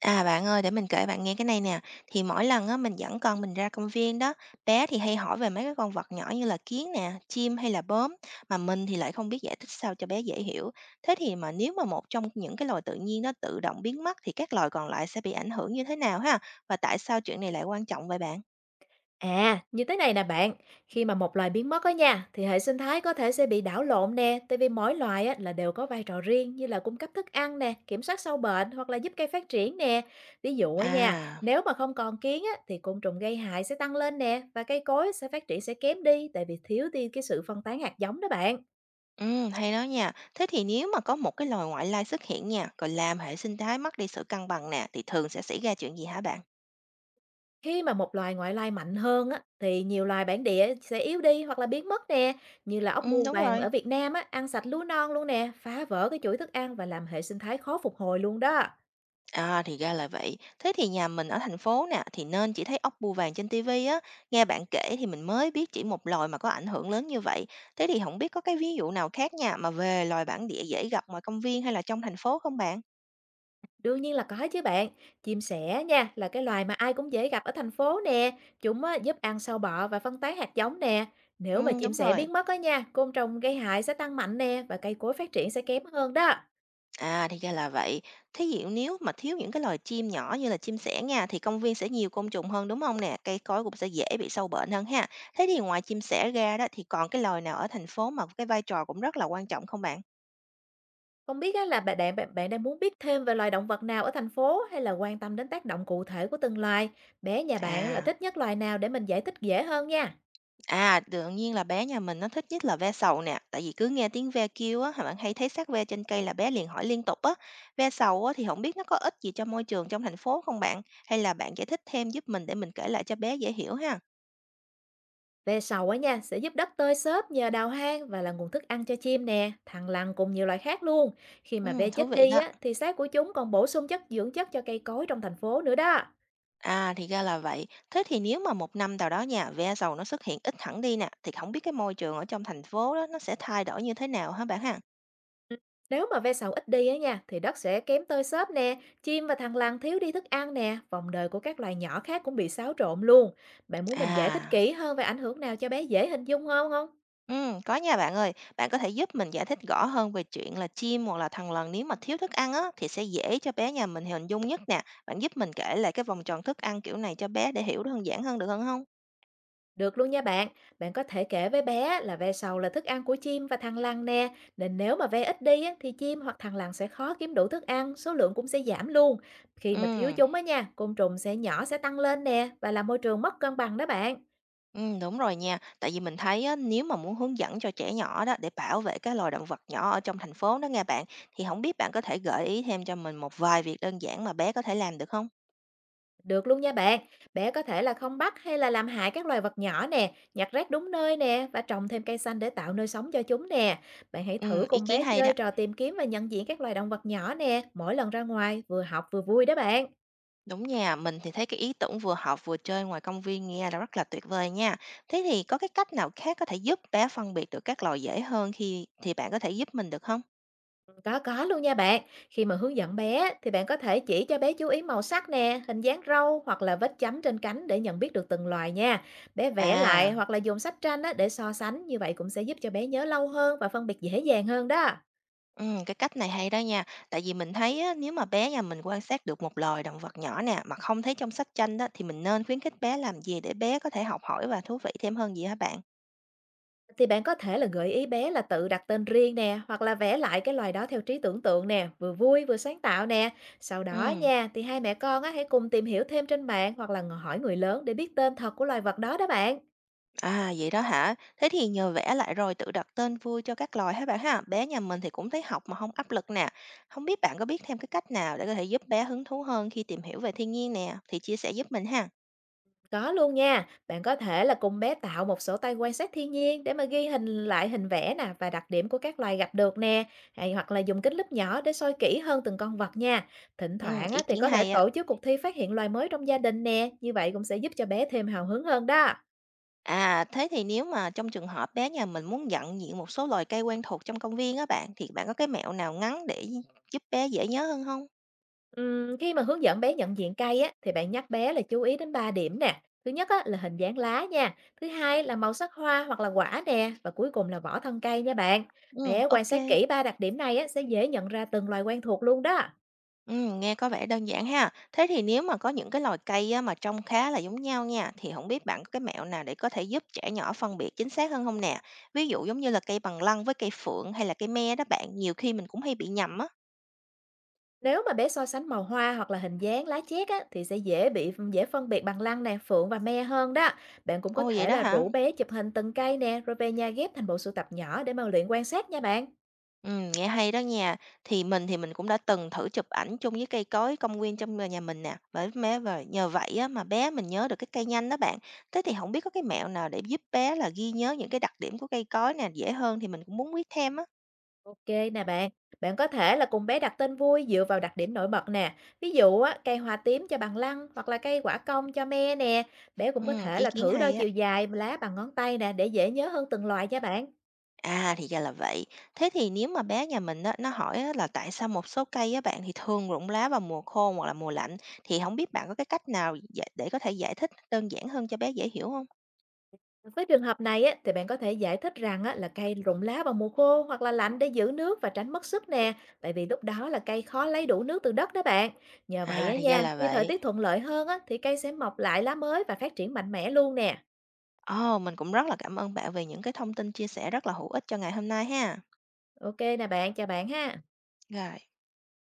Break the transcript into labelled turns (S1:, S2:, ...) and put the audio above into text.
S1: À, bạn ơi, để mình kể bạn nghe cái này nè. Thì mỗi lần á, mình dẫn con mình ra công viên đó, bé thì hay hỏi về mấy cái con vật nhỏ như là kiến nè, chim hay là bướm, mà mình thì lại không biết giải thích sao cho bé dễ hiểu. Thế thì mà nếu mà một trong những cái loài tự nhiên nó tự động biến mất thì các loài còn lại sẽ bị ảnh hưởng như thế nào ha? Và tại sao chuyện này lại quan trọng vậy bạn?
S2: À, như thế này nè bạn, khi mà một loài biến mất đó nha, thì hệ sinh thái có thể sẽ bị đảo lộn nè, tại vì mỗi loài á, là đều có vai trò riêng như là cung cấp thức ăn nè, kiểm soát sâu bệnh hoặc là giúp cây phát triển nè. Ví dụ á nha,
S1: À,
S2: nếu mà không còn kiến á, thì côn trùng gây hại sẽ tăng lên nè và cây cối sẽ phát triển sẽ kém đi tại vì thiếu đi cái sự phân tán hạt giống đó bạn.
S1: ừ, hay đó nha. Thế thì nếu mà có một cái loài ngoại lai xuất hiện nha, rồi làm hệ sinh thái mất đi sự cân bằng nè, thì thường sẽ xảy ra chuyện gì hả bạn?
S2: Khi mà một loài ngoại lai mạnh hơn á, thì nhiều loài bản địa sẽ yếu đi hoặc là biến mất nè, như là ốc
S1: Ừ,
S2: bươu
S1: đúng
S2: vàng
S1: rồi.
S2: ở Việt Nam á, ăn sạch lúa non luôn nè, phá vỡ cái chuỗi thức ăn và làm hệ sinh thái khó phục hồi luôn đó.
S1: À, thì ra là vậy. Thế thì nhà mình ở thành phố nè, thì nên chỉ thấy ốc bươu vàng trên TV á. Nghe bạn kể thì mình mới biết chỉ một loài mà có ảnh hưởng lớn như vậy. Thế thì không biết có cái ví dụ nào khác nha, mà về loài bản địa dễ gặp ngoài công viên hay là trong thành phố không bạn?
S2: Đương nhiên là có chứ bạn, chim sẻ nha là cái loài mà ai cũng dễ gặp ở thành phố nè, chúng á, giúp ăn sâu bọ và phân tán hạt giống nè. Nếu mà
S1: Ừ,
S2: chim
S1: đúng
S2: sẻ
S1: rồi.
S2: biến mất á nha, côn trùng gây hại sẽ tăng mạnh nè và cây cối phát triển sẽ kém hơn đó.
S1: À, thì ra là vậy. Thế dụ nếu mà thiếu những cái loài chim nhỏ như là chim sẻ nha, thì công viên sẽ nhiều côn trùng hơn đúng không nè? Cây cối cũng sẽ dễ bị sâu bệnh hơn ha. Thế thì ngoài chim sẻ ra đó, thì còn cái loài nào ở thành phố mà cái vai trò cũng rất là quan trọng không bạn?
S2: Không biết á là bạn bạn bạn bạn đang muốn biết thêm về loài động vật nào ở thành phố hay là quan tâm đến tác động cụ thể của từng loài? Bé nhà bạn là
S1: À.
S2: thích nhất loài nào để mình giải thích dễ hơn nha.
S1: À, đương nhiên là bé nhà mình nó thích nhất là ve sầu nè, tại vì cứ nghe tiếng ve kêu á, bạn hay thấy xác ve trên cây là bé liền hỏi liên tục á. Ve sầu á, thì không biết nó có ích gì cho môi trường trong thành phố không bạn? Hay là bạn giải thích thêm giúp mình để mình kể lại cho bé dễ hiểu ha?
S2: Ve sầu á nha, sẽ giúp đất tơi xốp nhờ đào hang và là nguồn thức ăn cho chim nè, thằn lằn cùng nhiều loài khác luôn. Khi mà
S1: Ừ,
S2: ve
S1: thú
S2: chết
S1: vị
S2: đi
S1: đó.
S2: á, thì xác của chúng còn bổ sung chất dưỡng chất cho cây cối trong thành phố nữa đó.
S1: À, thì ra là vậy. Thế thì nếu mà một năm nào đó nhà ve sầu nó xuất hiện ít hẳn đi nè, thì không biết cái môi trường ở trong thành phố đó nó sẽ thay đổi như thế nào hả bạn ha?
S2: Ừm, Nếu mà ve sầu ít đi á nha, thì đất sẽ kém tơi xốp nè, chim và thằn lằn thiếu đi thức ăn nè, vòng đời của các loài nhỏ khác cũng bị xáo trộn luôn. Bạn muốn mình giải thích
S1: À,
S2: kỹ hơn về ảnh hưởng nào cho bé dễ hình dung hơn không?
S1: Có nha bạn ơi. Bạn có thể giúp mình giải thích rõ hơn về chuyện là chim hoặc là thằn lằn nếu mà thiếu thức ăn á, thì sẽ dễ cho bé nhà mình hình dung nhất nè. Bạn giúp mình kể lại cái vòng tròn thức ăn kiểu này cho bé để hiểu đơn giản hơn được hơn không?
S2: Được luôn nha bạn, bạn có thể kể với bé là ve sầu là thức ăn của chim và thằn lằn nè, nên nếu mà ve ít đi á, thì chim hoặc thằn lằn sẽ khó kiếm đủ thức ăn, số lượng cũng sẽ giảm luôn. Khi mà thiếu
S1: Ừm,
S2: chúng á nha, côn trùng sẽ nhỏ sẽ tăng lên nè và làm môi trường mất cân bằng đó bạn.
S1: ừm, đúng rồi nha. Tại vì mình thấy á, nếu mà muốn hướng dẫn cho trẻ nhỏ đó để bảo vệ cái loài động vật nhỏ ở trong thành phố đó nghe bạn, thì không biết bạn có thể gợi ý thêm cho mình một vài việc đơn giản mà bé có thể làm được không?
S2: Được luôn nha bạn. Bé có thể là không bắt hay là làm hại các loài vật nhỏ nè, nhặt rác đúng nơi nè và trồng thêm cây xanh để tạo nơi sống cho chúng nè. Bạn hãy thử
S1: Ý
S2: cùng
S1: kiến
S2: bé
S1: hay
S2: chơi
S1: đó.
S2: trò tìm kiếm và nhận diện các loài động vật nhỏ nè, mỗi lần ra ngoài vừa học vừa vui đó bạn.
S1: Đúng nha, mình thì thấy cái ý tưởng vừa học vừa chơi ngoài công viên nghe là rất là tuyệt vời nha. Thế thì có cái cách nào khác có thể giúp bé phân biệt được các loài dễ hơn khi thì bạn có thể giúp mình được không?
S2: Có luôn nha bạn. Khi mà hướng dẫn bé thì bạn có thể chỉ cho bé chú ý màu sắc nè, hình dáng râu hoặc là vết chấm trên cánh để nhận biết được từng loài nha. Bé vẽ lại
S1: À,
S2: hoặc là dùng sách tranh á, để so sánh như vậy cũng sẽ giúp cho bé nhớ lâu hơn và phân biệt dễ dàng hơn đó.
S1: ừ, cái cách này hay đó nha. Tại vì mình thấy á, nếu mà bé nhà mình quan sát được một loài động vật nhỏ nè mà không thấy trong sách tranh đó thì mình nên khuyến khích bé làm gì để bé có thể học hỏi và thú vị thêm hơn gì hả bạn?
S2: Thì bạn có thể là gợi ý bé là tự đặt tên riêng nè, hoặc là vẽ lại cái loài đó theo trí tưởng tượng nè, vừa vui vừa sáng tạo nè. Sau đó
S1: Ừ.
S2: nha, thì hai mẹ con á, hãy cùng tìm hiểu thêm trên mạng hoặc là hỏi người lớn để biết tên thật của loài vật đó đó bạn.
S1: À, vậy đó hả? Thế thì nhờ vẽ lại rồi tự đặt tên vui cho các loài hả bạn ha? Bé nhà mình thì cũng thấy học mà không áp lực nè. Không biết bạn có biết thêm cái cách nào để có thể giúp bé hứng thú hơn khi tìm hiểu về thiên nhiên nè, thì chia sẻ giúp mình ha.
S2: Có luôn nha, bạn có thể là cùng bé tạo một sổ tay quan sát thiên nhiên để mà ghi hình lại hình vẽ nè và đặc điểm của các loài gặp được nè. Hay hoặc là dùng kính lúp nhỏ để soi kỹ hơn từng con vật nha. Thỉnh
S1: Ừ,
S2: thoảng
S1: ý
S2: á, thì
S1: kiến
S2: có thể
S1: hay á.
S2: tổ chức cuộc thi phát hiện loài mới trong gia đình nè, như vậy cũng sẽ giúp cho bé thêm hào hứng hơn đó.
S1: À, thế thì nếu mà trong trường hợp bé nhà mình muốn nhận diện một số loài cây quen thuộc trong công viên á bạn, thì bạn có cái mẹo nào ngắn để giúp bé dễ nhớ hơn không?
S2: Khi mà hướng dẫn bé nhận diện cây á, thì bạn nhắc bé là chú ý đến 3 điểm nè. Thứ nhất á, là hình dáng lá nha. Thứ hai là màu sắc hoa hoặc là quả nè. Và cuối cùng là vỏ thân cây nha bạn.
S1: Ừ,
S2: Bé quan
S1: ok.
S2: sát kỹ ba đặc điểm này á, sẽ dễ nhận ra từng loài quen thuộc luôn đó.
S1: Nghe có vẻ đơn giản ha. Thế thì nếu mà có những cái loài cây á, mà trông khá là giống nhau nha, thì không biết bạn có cái mẹo nào để có thể giúp trẻ nhỏ phân biệt chính xác hơn không nè? Ví dụ giống như là cây bằng lăng với cây phượng hay là cây me đó bạn, nhiều khi mình cũng hay bị nhầm á.
S2: Nếu mà bé so sánh màu hoa hoặc là hình dáng lá chét á, thì sẽ dễ phân biệt bằng lăng nè, phượng và me hơn đó. Bạn cũng có
S1: Ồ, vậy
S2: thể
S1: đó
S2: là
S1: hả?
S2: rủ bé chụp hình từng cây nè, rồi về nhà ghép thành bộ sưu tập nhỏ để mà luyện quan sát nha bạn.
S1: Nghe hay đó nha. Thì mình cũng đã từng thử chụp ảnh chung với cây cối công viên trong nhà mình nè, bởi mé và nhờ vậy á, mà bé mình nhớ được cái cây nhanh đó bạn. Thế thì không biết có cái mẹo nào để giúp bé là ghi nhớ những cái đặc điểm của cây cối nè, dễ hơn thì mình cũng muốn biết thêm á.
S2: OK nè bạn, bạn có thể là cùng bé đặt tên vui dựa vào đặc điểm nổi bật nè. Ví dụ á, cây hoa tím cho bằng lăng hoặc là cây quả cong cho me nè. Bé cũng có thể
S1: Ý
S2: là
S1: kiến
S2: thử đo
S1: hay á.
S2: chiều dài lá bằng ngón tay nè để dễ nhớ hơn từng loại nha bạn.
S1: À, thì ra là vậy. Thế thì nếu mà bé nhà mình á, nó hỏi á, là tại sao một số cây á bạn thì thường rụng lá vào mùa khô hoặc là mùa lạnh thì không biết bạn có cái cách nào giải để có thể giải thích đơn giản hơn cho bé dễ hiểu không?
S2: Với trường hợp này á, thì bạn có thể giải thích rằng á, là cây rụng lá vào mùa khô hoặc là lạnh để giữ nước và tránh mất sức nè. Tại vì lúc đó là cây khó lấy đủ nước từ đất đó bạn. Nhờ vậy
S1: À,
S2: á
S1: thì ra
S2: nha,
S1: là
S2: khi thời
S1: vậy.
S2: tiết thuận lợi hơn á, thì cây sẽ mọc lại lá mới và phát triển mạnh mẽ luôn nè.
S1: Ồ, mình cũng rất là cảm ơn bạn về những cái thông tin chia sẻ rất là hữu ích cho ngày hôm nay ha.
S2: OK nè bạn, chào bạn ha.
S1: Rồi.